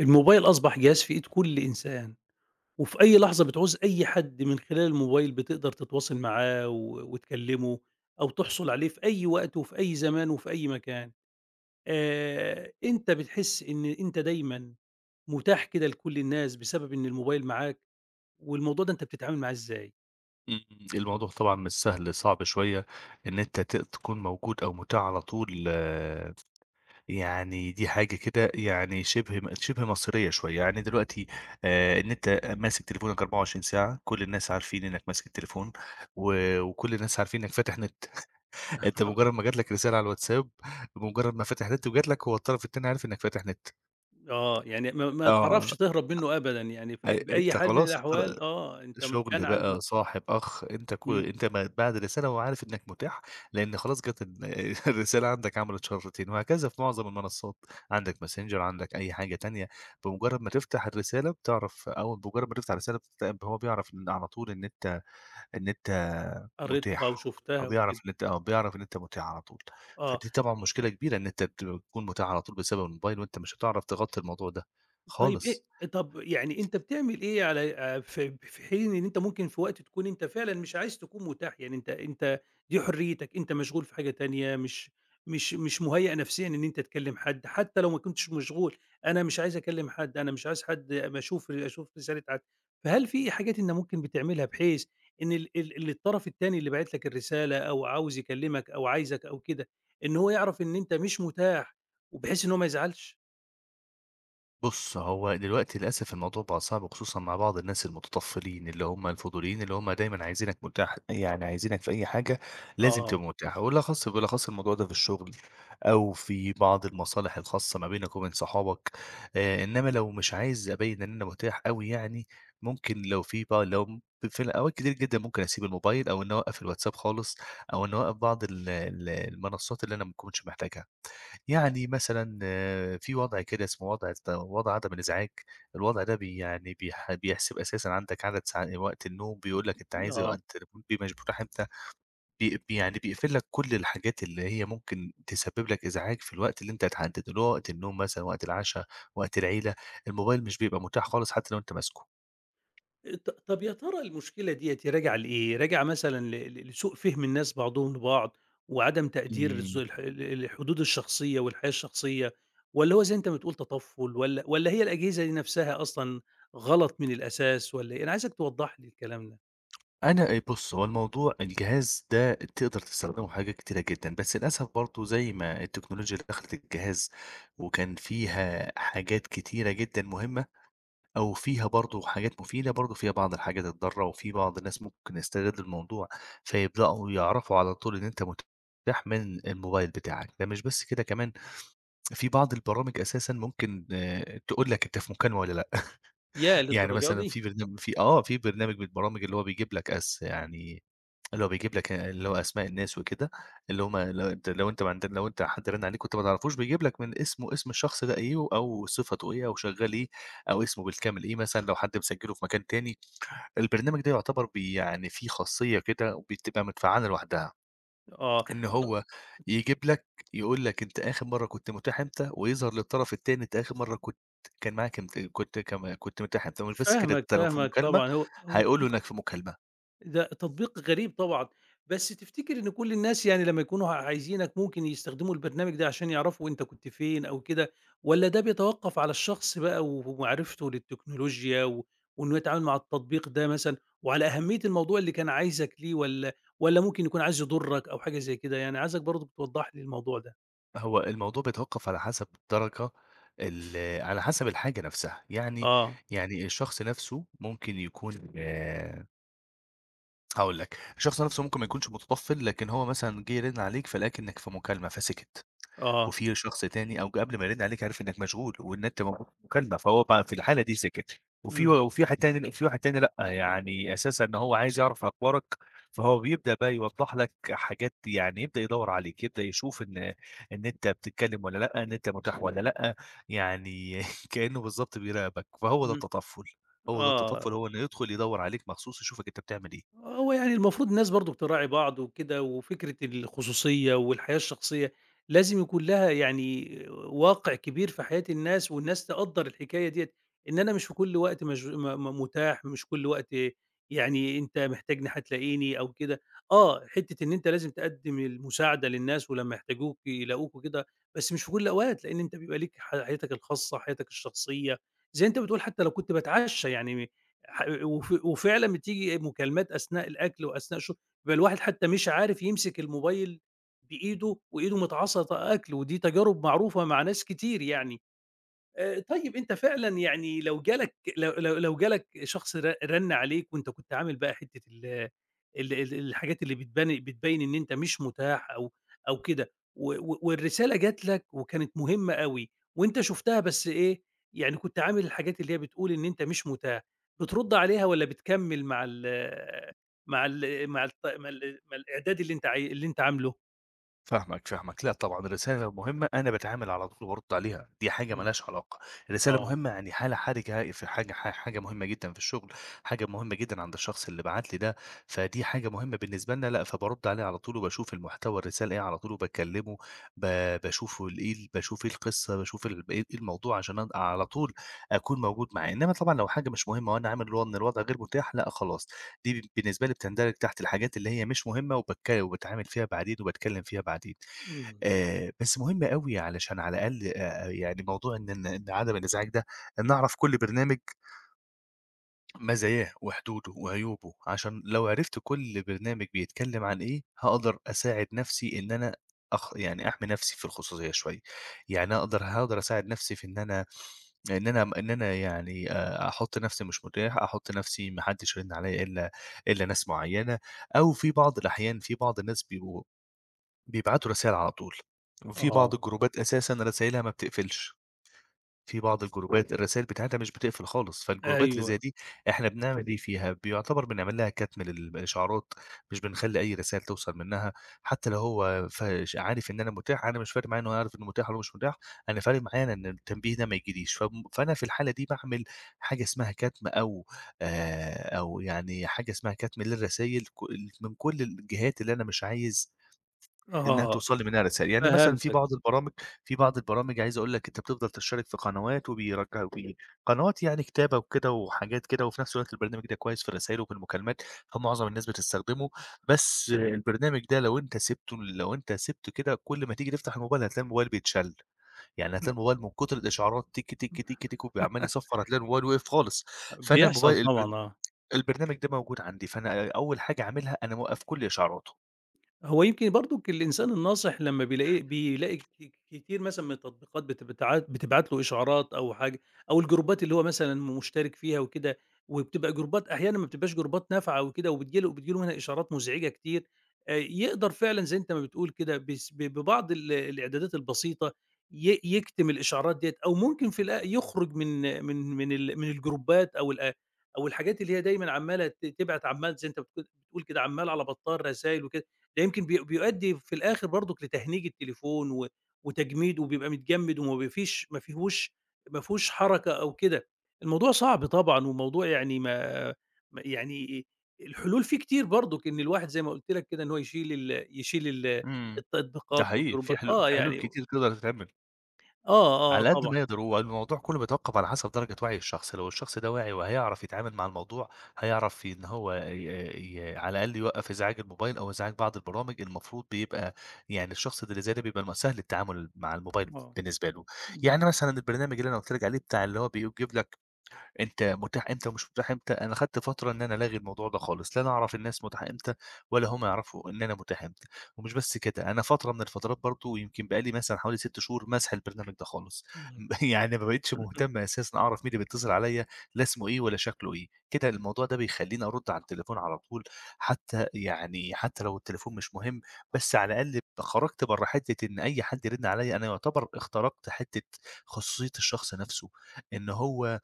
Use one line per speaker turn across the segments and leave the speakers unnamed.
الموبايل أصبح جهاز في إيد كل إنسان، وفي أي لحظة بتعوز أي حد من خلال الموبايل بتقدر تتواصل معاه و وتكلمه أو تحصل عليه في أي وقت وفي أي زمان وفي أي مكان. أنت بتحس إن أنت دايمًا متاح كده لكل الناس بسبب إن الموبايل معاك، والموضوع ده أنت بتتعامل معاه إزاي؟
إمم، إمم، الموضوع طبعًا مش سهل، صعب شوية إن أنت تكون موجود أو متاح على طول، آه، يعني دي حاجة كده يعني شِبه مصيرية شوية، يعني دلوقتي إن أنت ماسك تليفونك 24 ساعة، كل الناس عارفين إنك ماسك التليفون و وكل الناس عارفين إنك فاتح نت، أنت
آه.
بمجرد ما جات لك رسالة على الWhatsApp، بمجرد ما فاتح نت وجات لك هو الطرف التاني عارف إنك فاتح نت،
آه، يعني ما
آه،
تعرفش تهرب منه أبدًا، يعني في أي بأي
أنت
حال من
خلاص
الأحوال آه، أنت م كان
شغل
عندك
بقى، صاحب، أخ،
إمم،
أنت ما بعد الرسالة هو عارف إنك متاح، لإن خلاص جات الرسالة عندك عملت شفرتين، وهكذا في معظم المنصات، عندك Messenger، عندك أي حاجة تانية، بمجرد ما تفتح الرسالة بتعرف أو بمجرد ما تفتح الرسالة هو بيعرف إن على طول إن أنت إن أنت
قريتها
متاح، أو
وشُفتها
بيعرف
وكده،
إن أنت آه، بيعرف إن أنت متاح على طول.
آه.
فدي طبعًا مشكلة كبيرة إن أنت تكون متاح على طول بسبب الموبايل، وأنت مش هتعرف تغطي الموضوع ده
طيب إيه
خالص.
طب يعني أنت بتعمل إيه على في حين إن أنت ممكن في وقت تكون أنت فعلًا مش عايز تكون متاح، يعني أنت دي حريتك، أنت مشغول في حاجة تانية، مش مُهيأ نفسيًا إن أنت تكلم حد، حتى لو ما كنتش مشغول، أنا مش عايز أكلم حد، أنا مش عايز حد أمّا أشوف رسالة حد، فهل في حاجات أنت ممكن بتعملها بحيث إن ال ال اللي الطرف التاني اللي باعت لك الرسالة أو عاوز يكلمك أو عايزك أو كده، إن هو يعرف إن أنت مش متاح، وبحيث إن هو ما يزعلش؟
بُص، هو دلوقتي للأسف الموضوع بقى صعب خصوصًا مع بعض الناس المتطفلين، اللي هم الفضوليين، اللي هم دايمًا عايزينك متاح، يعني عايزينك في أي حاجة لازم
آه،
تبقى متاح، وبالأخص الموضوع ده في الشغل أو في بعض المصالح الخاصة ما بينك وبين صحابك، إنما لو مش عايز أبيّن إن أنا متاح أوي يعني، ممكن لو في بقى لو في الأوقات كتير جدًا ممكن أسيب الموبايل أو إني أوقّف الواتساب خالص أو إني أوقّف بعض ال ال المنصات اللي أنا ما باكونش محتاجها. يعني مثلًا آه، في وضع كده اسمه وضع عدم الإزعاج. الوضع ده بي يعني بيح بيحسب أساسًا عندك عدد ساع وقت النوم، بيقول لك
آه.
أنت بتبقى مشبوح إمتى، بي بي يعني بيقفل لك كل الحاجات اللي هي ممكن تسبب لك إزعاج في الوقت اللي أنت هتحدده، اللي هو وقت النوم مثلًا، وقت العشا، وقت العيلة، الموبايل مش بيبقى متاح خالص حتى لو أنت ماسكه.
طب يا ترى المشكلة ديّة راجعة لإيه؟ راجعة مثلًا ل ل لسوء فهم الناس بعضهم لبعض، وعدم تقدير الز
إمم.
الح ال الحدود الشخصية والحياة الشخصية، والّا هو زي أنت ما بتقول تطفُّل والّا هي الأجهزة دي نفسها أصلًا غلط من الأساس والّا إيه؟ أنا عايزك توضّح لي الكلام ده.
أنا بُص، هو الجهاز ده تقدر تستخدمه في حاجات كتيرة جدًا، بس للأسف برضه زي ما التكنولوجيا دخلت الجهاز وكان فيها حاجات كتيرة جدًا مهمة أو فيها برضه حاجات مفيدة، برضه فيها بعض الحاجات الضارة، وفي بعض الناس ممكن يستغلوا الموضوع، فيبدأوا يعرفوا على طول إن أنت متاح من الموبايل بتاعك. ده مش بس كده، كمان في بعض البرامج أساسًا ممكن آه، تقول لك أنت في مكالمة والّا لأ.
ياه
يعني
للدرجة
مثلًا
دي!
في برنامج من البرامج اللي هو بيجيب لك as يعني اللي هو بيجيب لك اللي هو أسماء الناس وكده، اللي هم لو أنت حد رَن عليك وأنت ما تعرفوش بيجيب لك من اسمه اسم الشخص ده إيه، أو صفته إيه، أو شغّال إيه، أو اسمه بالكامل إيه مثلًا لو حد مسجّله في مكان تاني. البرنامج ده يعتبر بي يعني فيه خاصية كده وبتبقى متفعّلة لوحدها،
آه،
إن
ط
هو يجيب لك يقول لك أنت آخر مرّة كنت متاح إمتى، ويظهر للطرف التاني أنت آخر مرّة كنت كان معاك إمت كنت كم كنت متاح إمتى، بس كده
فاهمك،
أنت لو في
فاهمك
مكالمة
طبعًا هو
هيقول له إنك في مكالمة.
ده تطبيق غريب طبعًا، بس تفتكر إن كل الناس يعني لمّا يكونوا عايزينك ممكن يستخدموا البرنامج ده عشان يعرفوا أنت كنت فين أو كده، والّا ده بيتوقف على الشخص بقى ومعرفته للتكنولوجيا وإنه يتعامل مع التطبيق ده مثلًا، وعلى أهمية الموضوع اللي كان عايزك ليه والّا ممكن يكون عايز يضرك أو حاجة زي كده يعني؟ عايزك برضه توضح لي الموضوع ده.
هو الموضوع بيتوقف ال على حسب الحاجة نفسها، يعني
آه،
الشخص نفسه ممكن يكون هاقول لك، الشخص نفسه ممكن ما يكونش متطفل، لكن هو مثلًا جه يرن عليك فلاقاك إنك في مكالمة فسكت.
آه،
وفي شخص تاني أو قبل ما يرن عليك عرف إنك مشغول وإن أنت موجود في مكالمة، فهو بقى في الحالة دي سِكِت. وفي
إمم،
وفي واحد تاني في واحد تاني لأ، يعني أساسًا ان هو عايز يعرف أخبارك، فهو بيبدأ بقى يوضّح لك حاجات، يعني يبدأ يدوّر عليك، يبدأ يشوف إن أنت بتتكلم والّا لأ، إن أنت متاح والّا لأ. يعني كإنه بالضبط بيراقبك، فهو ده
إمم،
التطفُّل، هو ده
آه.
التطفُّل، هو إنه يدخل يدوّر عليك مخصوص يشوفك أنت بتعمل إيه.
هو يعني المفروض الناس برضه بتراعي بعض وكده وفكرة الخصوصية والحياة الشخصية لازم يكون لها يعني واقع كبير في حياة الناس والناس تقدر الحكاية ديت إن أنا مش في كل وقت متاح مش كل وقت يعني أنت محتاجني هتلاقيني أو كده آه حتة إن أنت لازم تقدم المساعدة للناس ولما يحتاجوك يلاقوك وكده بس مش في كل الأوقات لأن أنت بيبقى ليك حياتك الخاصة حياتك الشخصية زي أنت بتقول حتى لو كنت بتعشى يعني ح وف وفعلًا بتيجي مكالمات أثناء الأكل وأثناء الشرب، بيبقى الواحد حتى مش عارف يمسك الموبايل بإيده وإيده متعصَّة أكل، ودي تجارب معروفة مع ناس كتير يعني. طيب أنت فعلًا يعني لو جالك لو لو لو جالك شخص رَنّ عليك وأنت كنت عامل بقى حتّة ال ال ال الحاجات اللي بتبيّن إن أنت مش متاح أو كده و و والرسالة جات لك وكانت مهمة أوي وأنت شُفتها بس إيه، يعني كنت عامل الحاجات اللي هي بتقول إن أنت مش متاح، بترُد عليها والّا بتكمّل مع ال مع ال مع الط مع ال مع الإعداد اللي أنت عاي اللي أنت عامله؟
فاهمك، فاهمك. لأ طبعًا الرسالة لو مهمة أنا باتعامل على طول وبارُد عليها، دي حاجة ما
إمم.
لهاش علاقة. الرسالة
آه.
مهمة يعني حالة حرجة في حاجة حاجة مهمة جدًا في الشغل، حاجة مهمة جدًا عند الشخص اللي بعت لي ده، فدي حاجة مهمة بالنسبة لنا لأ، فبارُد عليه على طول وباشوف المحتوى الرسالة إيه على طول وباكلّمه، ب باشوف إيه القصة، باشوف ال إيه إيه الموضوع عشان على طول أكون موجود معاه. إنّما طبعًا لو حاجة مش مهمة وأنا عامل اللي هو إن الوضع غير متاح، لأ خلاص. دي بالنسبة لي بتندرج تحت الحاجات اللي هي مش مهمة وباتك وباتعامل فيها بعدين وباتكلم فيها بعدين.
إمم.
بس مهم أوي علشان على الأقل يعني موضوع إن إن إن عدم الإزعاج ده ان نعرف كل برنامج مزاياه وحدوده وعيوبه، عشان لو عرفت كل برنامج بيتكلم عن إيه، هاقدر أساعد نفسي إن أنا أخ يعني أحمي نفسي في الخصوصية شوية. يعني هاقدر أساعد نفسي في إن أنا أحُط نَفْسي مش متاح، أحُط نَفْسي ما حدّش يرِن عليّا إلا ناس معيّنة، أو في بعض الأحيان في بعض الناس بيبقوا بيبعتوا رسايل على طول. أوف. في
آه.
بعض الجروبات أساسًا رسايلها ما بتقفلش. في بعض الجروبات الرسايل بتاعتها مش بتقفل خالص، فالجروبات اللي زي
أيوه.
دي إحنا بنعمل إيه فيها، بيعتبر بنعمل لها كتم للإشعارات، مش بنخلّي أي رسايل توصل منها، حتى لو هو ف ش عارف إن أنا متاح، أنا مش فارق معايا إن هو يعرف إنه متاح والّا مش متاح، أنا فارق معايا أنا إن التنبيه ده ما ييجيليش، فأنا في الحالة دي باعمل حاجة اسمها كتم أو حاجة اسمها كتم للرسايل من كل الجهات اللي أنا مش عايز إنها
آه،
توصل لي منها رسائل. يعني مثلًا في
فهمتك.
بعض البرامج في بعض البرامج عايز أقول لك أنت بتفضل تشترك في قنوات وبيرجع بي قنوات يعني كتابة وكده وحاجات كده، وفي نفس الوقت البرنامج ده كويس في الرسايل وفي المكالمات، فمعظم الناس بتستخدمه. بس البرنامج ده لو أنت سِبته كده كل ما تيجي تفتح الموبايل هتلاقي الموبايل بيتشل، يعني هتلاقي الموبايل من كتر الإشعارات تِك، تِك، تِك، تِك وعمّال يصفّر هتلاقي الموبايل وقف خالص. فأنا
بيحصل
الموبايل
طبعًا
البر
آه.
البرنامج ده موجود عندي، فأنا أول حاجة أعملها أنا مأوّقف كل إشعاراته.
هو يمكن برضُك الإنسان الناصح لمّا بيلاقي كتير مثلًا من التطبيقات بت بتع بتبعت له إشعارات أو حاجة، أو الجروبات اللي هو مثلًا مشترك فيها وكده، وبتبقى جروبات أحيانًا ما بتبقاش جروبات نافعة وكده، وبتيجي له بتيجي له منها إشعارات مزعجة كتير، يقدر فعلًا زي أنت ما بتقول كده بس ببعض الإعدادات البسيطة يكتم الإشعارات ديّة، أو ممكن في الأ يخرج من الجروبات أو الحاجات اللي هي دايمًا عمّالة تبعت عمّال زي أنت بتقول كده عمّال على بطّال رسايل وكده. ده يمكن بيؤدّي في الآخر برضُك لتهنيج التليفون وتجميده وبيبقى متجمد وما بي فيش ما فيهوش ما فيهوش حركة أو كده. الموضوع صعب طبعًا والموضوع يعني ما ما يعني الحلول فيه كتير برضُك إن الواحد زي ما قُلت لك كده إن هو يشيل
إمم. ده
التطبيقات
حقيقي،
والجروبات آه،
في حلول
يعني
كتير تقدر تتعمل،
آه، آه
على قد
طبعًا.
ما يقدر. هو الموضوع كله بيتوقف على حسب درجة وعي الشخص، لو الشخص ده واعي وهيعرف يتعامل مع الموضوع، هيعرف إن هو ي ي على الأقل يوقّف إزعاج الموبايل أو إزعاج بعض البرامج. المفروض بيبقى يعني الشخص اللي زي ده بيبقى سهل التعامل مع الموبايل
آه.
بالنسبة له.
إمم.
يعني مثلًا البرنامج اللي أنا قُلت لِك عليه بتاع اللي هو بيجيب لك أنت متاح إمتى ومش متاح إمتى، أنا خدت فترة إن أنا ألاغي الموضوع ده خالص، لا أنا أعرف الناس متاح إمتى ولا هم يعرفوا إن أنا متاح إمتى. ومش بس كده، أنا فترة من الفترات برضه يمكن بقى لي مثلًا حوالي 6 شهور ماسح البرنامج ده خالص.
إمم.
يعني ما بقيتش مهتم أساسًا أعرف مين اللي بيتصل عليَّ، لا اسمه إيه ولا شكله إيه. كده الموضوع ده بيخلّيني أرُد على التليفون على طول، حتى يعني حتى لو التليفون مش مهم، بس على الأقل خرجت برّه حتة إن أي حد يرن عليَّ، أنا يعتبر اخترقت حتة خصوصية الشخص نفسه، إن هو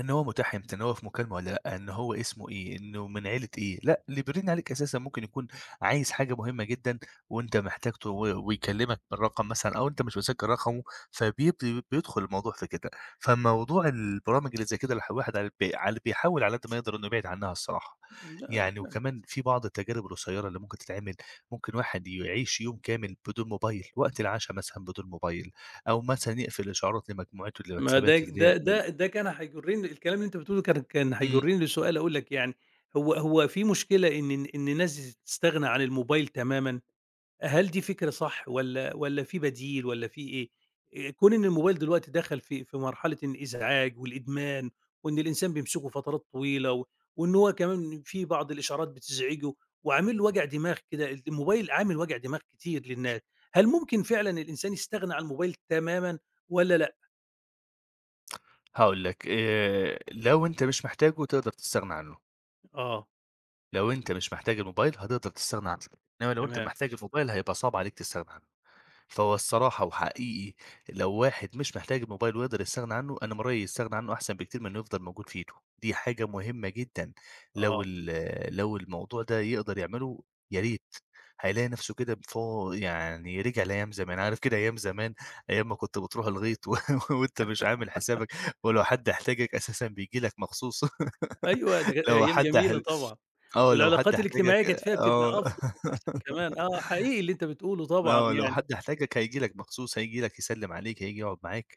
إن هو متاح إمتى، إن هو في مكالمة والّا لأ، إن هو اسمه إيه، إنه من عيلة إيه، لأ، اللي بيرن عليك أساسًا ممكن يكون عايز حاجة مهمة جدًا وأنت محتاج ت و ويكلمك بالرقم مثلًا أو أنت مش متذكر رقمه، بيدخل الموضوع في كده. فموضوع البرامج اللي زي كده الواحد على الب على بيحاول على قد ما يقدر إنه يبعد عنها الصراحة،
لأ
يعني
فعلًا.
وكمان في بعض التجارب القصيرة اللي ممكن تتعمل، ممكن واحد يعيش يوم كامل بدون موبايل، وقت العشا مثلًا بدون موبايل، أو مثلًا يقفل إشعارات لمجموعته اللي
ما
واتسابات اللي هي ال
ده كان هيجرني الكلام اللي أنت بتقوله كان
إمم.
هيجرني لسؤال أقول لك يعني هو في مشكلة إن الناس تستغنى عن الموبايل تمامًا؟ هل دي فكرة صح والّا في بديل والّا في إيه؟ كون إن الموبايل دلوقتي دخل في مرحلة الإزعاج والإدمان، وإن الإنسان بيمسكه فترات طويلة، وإن هو كمان في بعض الإشعارات بتزعجه، وعامل له وجع دماغ كده، الموبايل عامل وجع دماغ كتير للناس، هل ممكن فعلًا الإنسان يستغنى عن الموبايل تمامًا والّا لأ؟
هاقول لك، لو أنت مش محتاجه تقدر تستغنى عنه،
آه.
لو أنت مش محتاج الموبايل هتقدر تستغنى عنه، إنما لو أنت
تمام،
محتاج الموبايل هيبقى صعب عليك تستغنى عنه. فهو الصراحة وحقيقي لو واحد مش محتاج الموبايل ويقدر يستغنى عنه، أنا من رأيي يستغنى عنه أحسن بكتير من إنه يفضل موجود في إيده، دي حاجة مهمة جدًا. لو
آه.
ال لو الموضوع ده يقدر يعمله يا ريت، هيلاقي نفسه كده يعني رجع لأيام زمان، عارف كده أيام زمان، أيام ما كنت بتروح الغيط و وأنت مش عامل حسابك، ولو حد احتاجك أساسًا بييجي لك مخصوص.
أيوه، دي كانت
لو
أيام
حد ح
جميلة طبعًا،
آه لو حد
والعلاقات الاجتماعية كانت
احتاجك
فيها بتبقى
آه.
أفضل وأحسن كمان، آه، حقيقي اللي أنت بتقوله طبعًا
آه، لو
يعني،
حد احتاجك هييجي لك مخصوص، هييجي لك يسلّم عليك، هييجي يقعد معاك.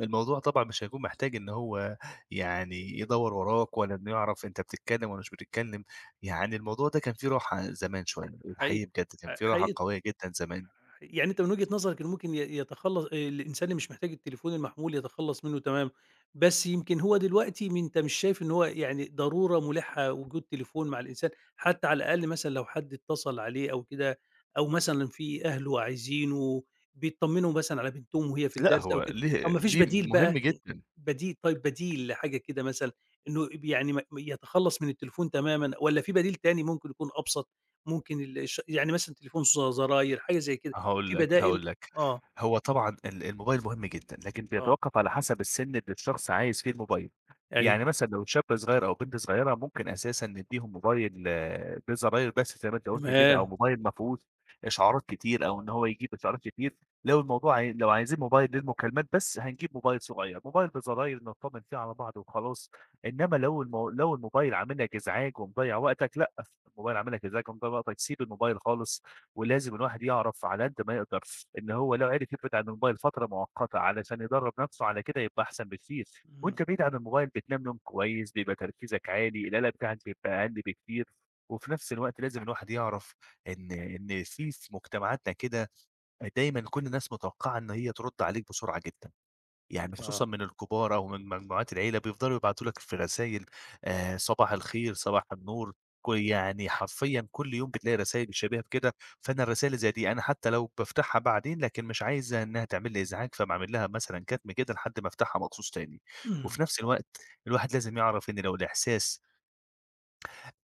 الموضوع طبعًا مش هيكون محتاج إن هو يعني يدوّر وراك ولا إنه يعرف أنت بتتكلّم والّا مش بتتكلّم. يعني الموضوع ده كان فيه راحة زمان شوية، الحقيقي
حقيقي،
بجد كان فيه راحة
حقيقي
قوية جدًا زمان.
يعني أنت من وجهة نظرك إن ممكن يتخلّص الإنسان اللي مش محتاج التليفون المحمول يتخلّص منه تمامًا، بس يمكن هو دلوقتي أنت مش شايف إن هو يعني ضرورة ملحة وجود تليفون مع الإنسان، حتى على الأقل مثلًا لو حد اتصل عليه أو كده، أو مثلًا في أهله عايزينه، بيطمنوا مثلًا على بنتهم وهي في
لأ،
الدرس أو
هو
كده، طب
ليه
ما فيش
ليه
بديل بقى؟
مهم جدًا.
بديل طيب بديل لحاجة كده مثلًا، إنه ب يعني م يتخلّص من التليفون تمامًا والّا في بديل تاني ممكن يكون أبسط، ممكن ال الش يعني مثلًا تليفون زراير حاجة زي كده؟
هاقول
في
لك،
بدائل
هاقول لك.
آه،
هو طبعًا الموبايل مهم جدًا، لكن
آه،
بيتوقف على حسب السن اللي الشخص عايز فيه الموبايل. يعني
أيوه،
مثلًا لو شاب صغير أو بنت صغيرة ممكن أساسًا ندّيهم موبايل بزراير بس زي ما أنت قُلت كده، أو
تمام،
موبايل ما فيهوش إشعارات كتير أو إن هو يجيب إشعارات كتير. لو عايزين موبايل للمكالمات بس، هنجيب موبايل صغير، موبايل بزراير نطمن فيه على بعض وخلاص. إنما لو المو لو الموبايل عامل لك إزعاج ومضيّع وقتك، لأ، الموبايل عامل لك إزعاج ومضيّع وقتك، سيب الموبايل خالص. ولازم الواحد يعرف على قد ما يقدر إن هو لو عرف يبعد عن الموبايل فترة مؤقتة علشان يدرّب نَفْسه على كده يبقى أحسن بكتير،
إمم،
وأنت بعيد عن الموبايل بتنام نوم كويس، بيبقى تركيزك عالي، القلق بتاعك بيبقى أقل بكتير. وفي نَفْس الوقت لازم الواحد يعرف إن في مجتمعاتنا كده دايمًا كل الناس متوقعة إن هي ترُد عليك بسرعة جدًا. يعني خصوصًا
آه.
من الكبار أو من مجموعات العيلة، بيفضلوا يبعتوا لك في رسايل صباح الخير، صباح النور، ك يعني حرفيًا كل يوم بتلاقي رسايل شبيهة بكده، فأنا الرسايل اللي زي دي أنا حتى لو بافتحها بعدين، لكن مش عايز إنها تعمل لي إزعاج، فباعمل لها مثلًا كتم كده لحد ما أفتحها مخصوص تاني. وفي نفس الوقت الواحد لازم يعرف إن لو الإحساس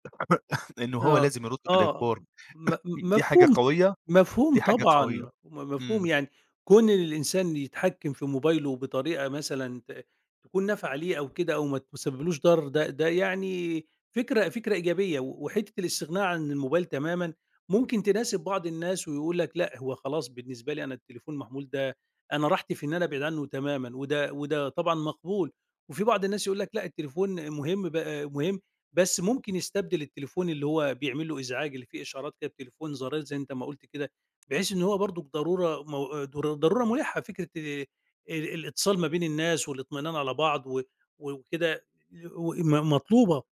إنه هو
آه،
لازم يرد بالإجبار،
آه، م م
دي حاجة
مفهوم
قوية،
مفهوم
دي حاجة
طبعًا،
قوية.
مفهوم
إمم،
يعني كون إن الإنسان يتحكم في موبايله بطريقة مثلًا تكون نافعة ليه أو كده أو ما تسببلوش ضرر ده ده يعني فكرة إيجابية، وحتة الاستغناء عن الموبايل تمامًا ممكن تناسب بعض الناس ويقول لك لأ، هو خلاص بالنسبة لي أنا التليفون محمول ده أنا راحتي في إن أنا أبعد عنه تمامًا، وده طبعًا مقبول، وفي بعض الناس يقول لك لأ، التليفون مهم مهم بس ممكن يستبدل التليفون اللي هو بيعمل له إزعاج، اللي فيه إشعارات كده بتليفون زراير زي أنت ما قُلت كده، بحيث إن هو برضك ضرورة مو ضر ضرورة ملحة فكرة الاتصال ما بين الناس والاطمئنان على بعض وكده و م مطلوبة،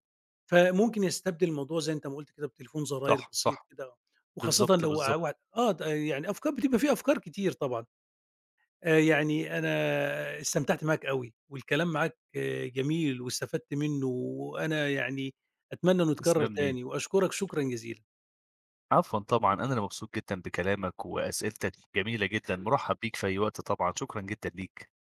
فممكن يستبدل الموضوع زي أنت ما قُلت كده بتليفون زراير
صح،
بسيط
صح،
كده، وخاصةً
بالضبط،
لو قع
بالضبط،
آه، ده يعني أفكار بتبقى في أفكار كتير طبعًا. يعني أنا استمتعت معاك أوي، والكلام معاك آه، جميل واستفدت منه، وأنا يعني أتمنى إنه يتكرر
تسلم لي.
تاني، وأشكرك شكرًا جزيلًا.
عفوا طبعا أنا اللي مبسوط جدًا بكلامك وأسئلتك جميلة جدًا، مُرحّب بيك في أي وقت طبعًا، شكرًا جدًا ليك.